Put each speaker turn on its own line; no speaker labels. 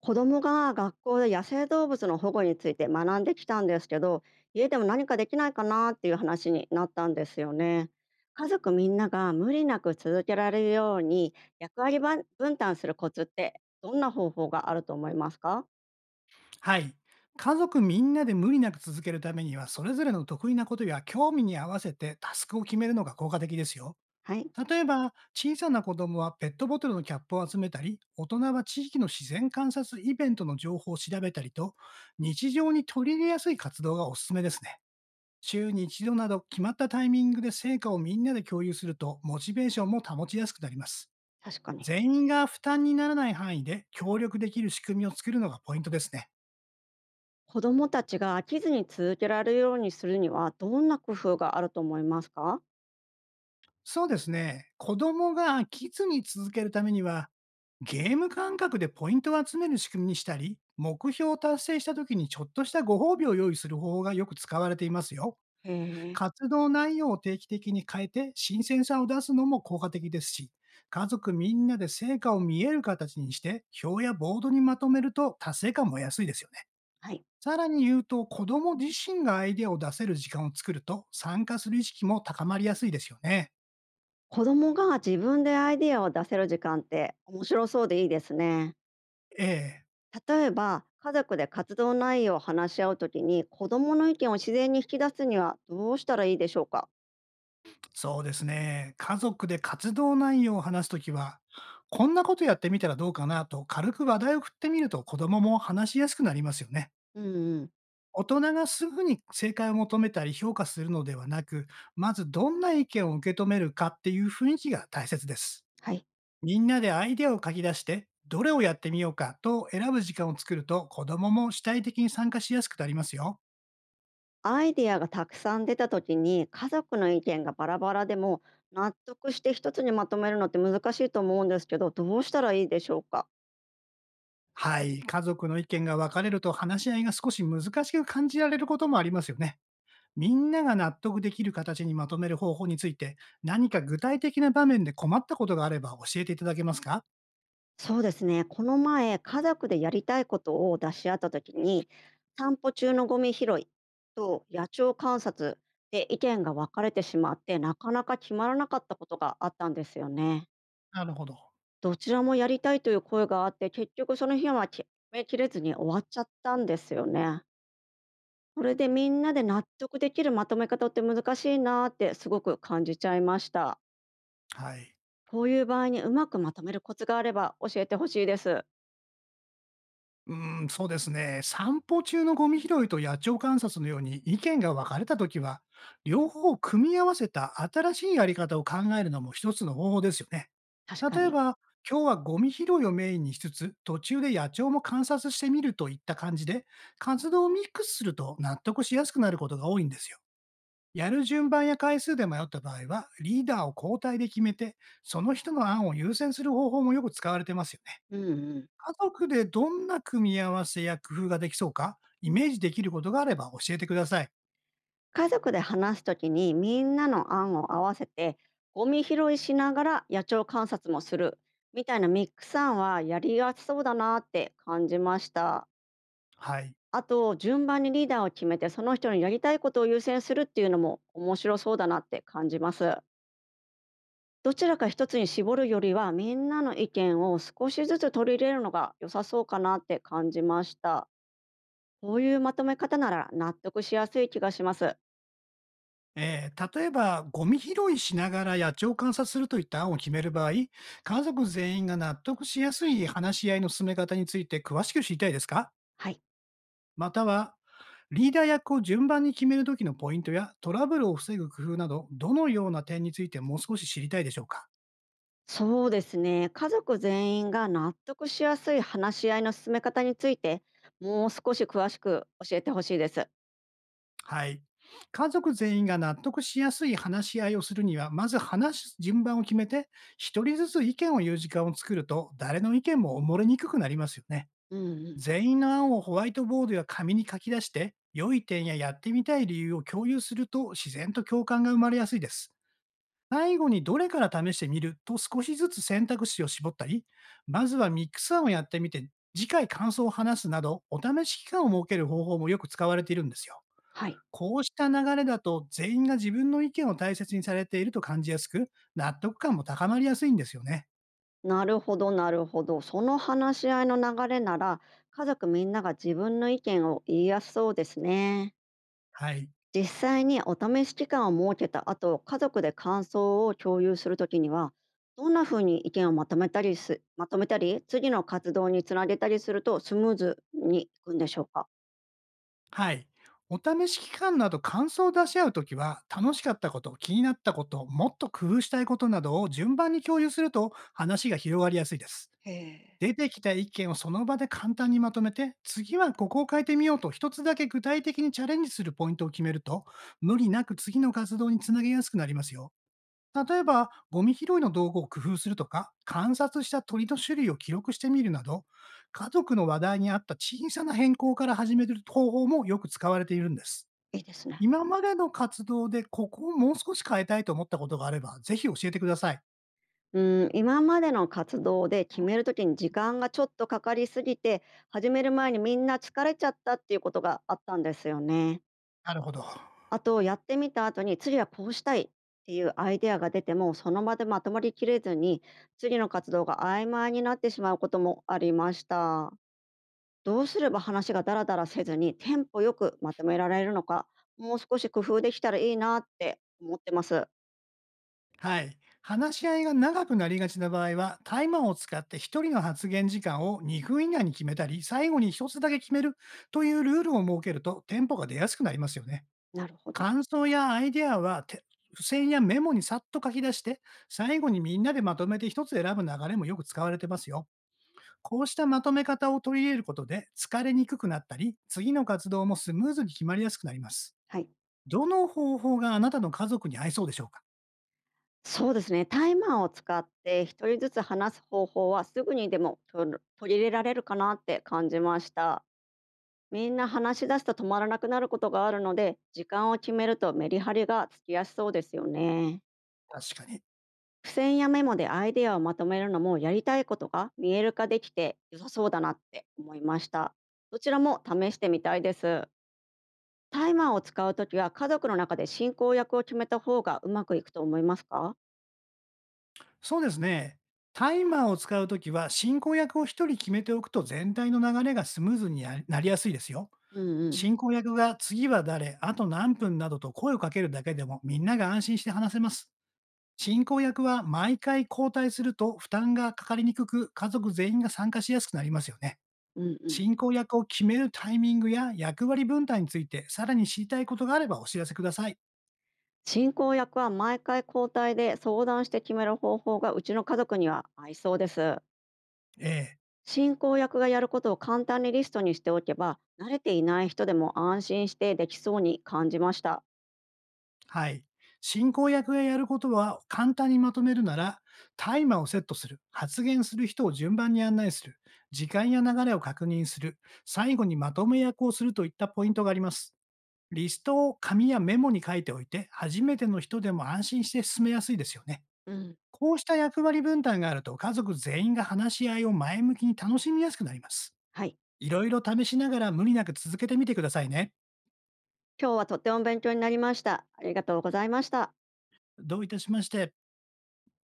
子供が学校で野生動物の保護について学んできたんですけど、家でも何かできないかなっていう話になったんですよね。家族みんなが無理なく続けられるように、役割ばん分担するコツってどんな方法があると思いますか？
はい。家族みんなで無理なく続けるためには、それぞれの得意なことや興味に合わせてタスクを決めるのが効果的ですよ。
はい。
例えば、小さな子供はペットボトルのキャップを集めたり、大人は地域の自然観察イベントの情報を調べたりと、日常に取り入れやすい活動がおすすめですね。週に一度など決まったタイミングで成果をみんなで共有すると、モチベーションも保ちやすくなります。
確かに。
全員が負担にならない範囲で協力できる仕組みを作るのがポイントですね。
子供たちが飽きずに続けられるようにするには、どんな工夫があると思いますか？
そうですね。子供が飽きずに続けるためには、ゲーム感覚でポイントを集める仕組みにしたり、目標を達成した時にちょっとしたご褒美を用意する方法がよく使われていますよ。
へえ。
活動内容を定期的に変えて新鮮さを出すのも効果的ですし、家族みんなで成果を見える形にして、表やボードにまとめると達成感も安いですよね。
はい。
さらに言うと、子供自身がアイデアを出せる時間を作ると、参加する意識も高まりやすいですよね。
子供が自分でアイデアを出せる時間って面白そうでいいですね。
ええ。
例えば家族で活動内容を話し合うときに、子どもの意見を自然に引き出すにはどうしたらいいでしょうか？
そうですね。家族で活動内容を話すときは、こんなことやってみたらどうかなと軽く話題を振ってみると子供も話しやすくなりますよね。
うんうん。
大人がすぐに正解を求めたり評価するのではなく、まずどんな意見を受け止めるかっていう雰囲気が大切です。
はい。
みんなでアイデアを書き出して、どれをやってみようかと選ぶ時間を作ると子供も主体的に参加しやすくなりますよ。
アイデアがたくさん出たときに家族の意見がバラバラでも、納得して一つにまとめるのって難しいと思うんですけど、どうしたらいいでしょうか？
はい。家族の意見が分かれると話し合いが少し難しく感じられることもありますよね。みんなが納得できる形にまとめる方法について、何か具体的な場面で困ったことがあれば教えていただけますか？
そうですね。この前、家族でやりたいことを出し合った時に、散歩中のゴミ拾いと野鳥観察で意見が分かれてしまって、なかなか決まらなかったことがあったんですよね。
なるほど。
どちらもやりたいという声があって、結局その日は決めきれずに終わっちゃったんですよね。それでみんなで納得できるまとめ方って難しいなーってすごく感じちゃいました。
はい。
こういう場合にうまくまとめるコツがあれば教えてほしいです。
うーん、そうですね。散歩中のゴミ拾いと野鳥観察のように意見が分かれたときは、両方を組み合わせた新しいやり方を考えるのも一つの方法ですよね。
確か
例え
に。
ば、今日はゴミ拾いをメインにしつつ、途中で野鳥も観察してみるといった感じで、活動をミックスすると納得しやすくなることが多いんですよ。やる順番や回数で迷った場合は、リーダーを交代で決めて、その人の案を優先する方法もよく使われてますよね。
うんうん。
家族でどんな組み合わせや工夫ができそうか、イメージできることがあれば教えてください。
家族で話すときにみんなの案を合わせて、ゴミ拾いしながら野鳥観察もするみたいなミックス案はやりやすそうだなって感じました。
はい。
あと順番にリーダーを決めて、その人のやりたいことを優先するっていうのも面白そうだなって感じます。どちらか一つに絞るよりは、みんなの意見を少しずつ取り入れるのが良さそうかなって感じました。こういうまとめ方なら納得しやすい気がします。
例えば、ゴミ拾いしながら野鳥を観察するといった案を決める場合、家族全員が納得しやすい話し合いの進め方について詳しく知りたいですか？
はい。
または、リーダー役を順番に決めるときのポイントやトラブルを防ぐ工夫など、どのような点についてもう少し知りたいでしょうか？
そうですね。家族全員が納得しやすい話し合いの進め方について、もう少し詳しく教えてほしいです。
はい。家族全員が納得しやすい話し合いをするには、まず話す順番を決めて、一人ずつ意見を言う時間を作ると、誰の意見も埋もれにくくなりますよね。
うんうん。
全員の案をホワイトボードや紙に書き出して、良い点ややってみたい理由を共有すると、自然と共感が生まれやすいです。最後にどれから試してみると少しずつ選択肢を絞ったり、まずはミックス案をやってみて、次回感想を話すなど、お試し期間を設ける方法もよく使われているんですよ。
はい。
こうした流れだと、全員が自分の意見を大切にされていると感じやすく、納得感も高まりやすいんですよね。
なるほど、なるほど。その話し合いの流れなら、家族みんなが自分の意見を言いやすそうですね。
はい。
実際にお試し期間を設けた後、家族で感想を共有するときには、どんなふうに意見をまとめたりす、まとめたり、次の活動につなげたりするとスムーズにいくんでしょうか。
はい。お試し期間など感想を出し合うときは、楽しかったこと、気になったこと、もっと工夫したいことなどを順番に共有すると話が広がりやすいです。
へえ。
出てきた意見をその場で簡単にまとめて、次はここを変えてみようと一つだけ具体的にチャレンジするポイントを決めると、無理なく次の活動につなげやすくなりますよ。例えば、ゴミ拾いの道具を工夫するとか、観察した鳥の種類を記録してみるなど、家族の話題に合った小さな変更から始める方法もよく使われているんです。
いいですね。
今までの活動でここをもう少し変えたいと思ったことがあれば、ぜひ教えてください。
うん、今までの活動で決めるときに時間がちょっとかかりすぎて、始める前にみんな疲れちゃったっていうことがあったんですよね。
なるほど。
あとやってみた後に次はこうしたいっていうアイデアが出てもその場でまとまりきれずに、次の活動が曖昧になってしまうこともありました。どうすれば話がダラダラせずにテンポよくまとめられるのか、もう少し工夫できたらいいなって思ってます。
はい。話し合いが長くなりがちな場合は、タイマーを使って一人の発言時間を2分以内に決めたり、最後に一つだけ決めるというルールを設けると、テンポが出やすくなりますよね。
なるほど。
感想やアイデアは、付箋やメモにさっと書き出して、最後にみんなでまとめて一つ選ぶ流れもよく使われてますよ。こうしたまとめ方を取り入れることで、疲れにくくなったり、次の活動もスムーズに決まりやすくなります。
はい。
どの方法があなたの家族に合いそうでしょうか？
そうですね。タイマーを使って一人ずつ話す方法はすぐにでも取り入れられるかなって感じました。みんな話し出すと止まらなくなることがあるので、時間を決めるとメリハリがつきやすそうですよね。
確かに。
付箋やメモでアイデアをまとめるのもやりたいことが見える化できて良さそうだなって思いました。どちらも試してみたいです。タイマーを使うときは家族の中で進行役を決めた方がうまくいくと思いますか？
そうですね。タイマーを使うときは、進行役を一人決めておくと全体の流れがスムーズになりやすいですよ。
うんうん。
進行役が次は誰、あと何分などと声をかけるだけでもみんなが安心して話せます。進行役は毎回交代すると負担がかかりにくく、家族全員が参加しやすくなりますよね。
うんうん。
進行役を決めるタイミングや役割分担について、さらに知りたいことがあればお知らせください。
進行役は毎回交代で相談して決める方法がうちの家族には合いそうです。
ええ。
進行役がやることを簡単にリストにしておけば、慣れていない人でも安心してできそうに感じました。
はい。進行役がやることは簡単にまとめるなら、タイマーをセットする、発言する人を順番に案内する、時間や流れを確認する、最後にまとめ役をするといったポイントがあります。リストを紙やメモに書いておいて、初めての人でも安心して進めやすいですよね。
うん、
こうした役割分担があると、家族全員が話し合いを前向きに楽しみやすくなります。
はい。
いろいろ試しながら無理なく続けてみてくださいね。
今日はとっても勉強になりました。ありがとうございました。
どういたしまして。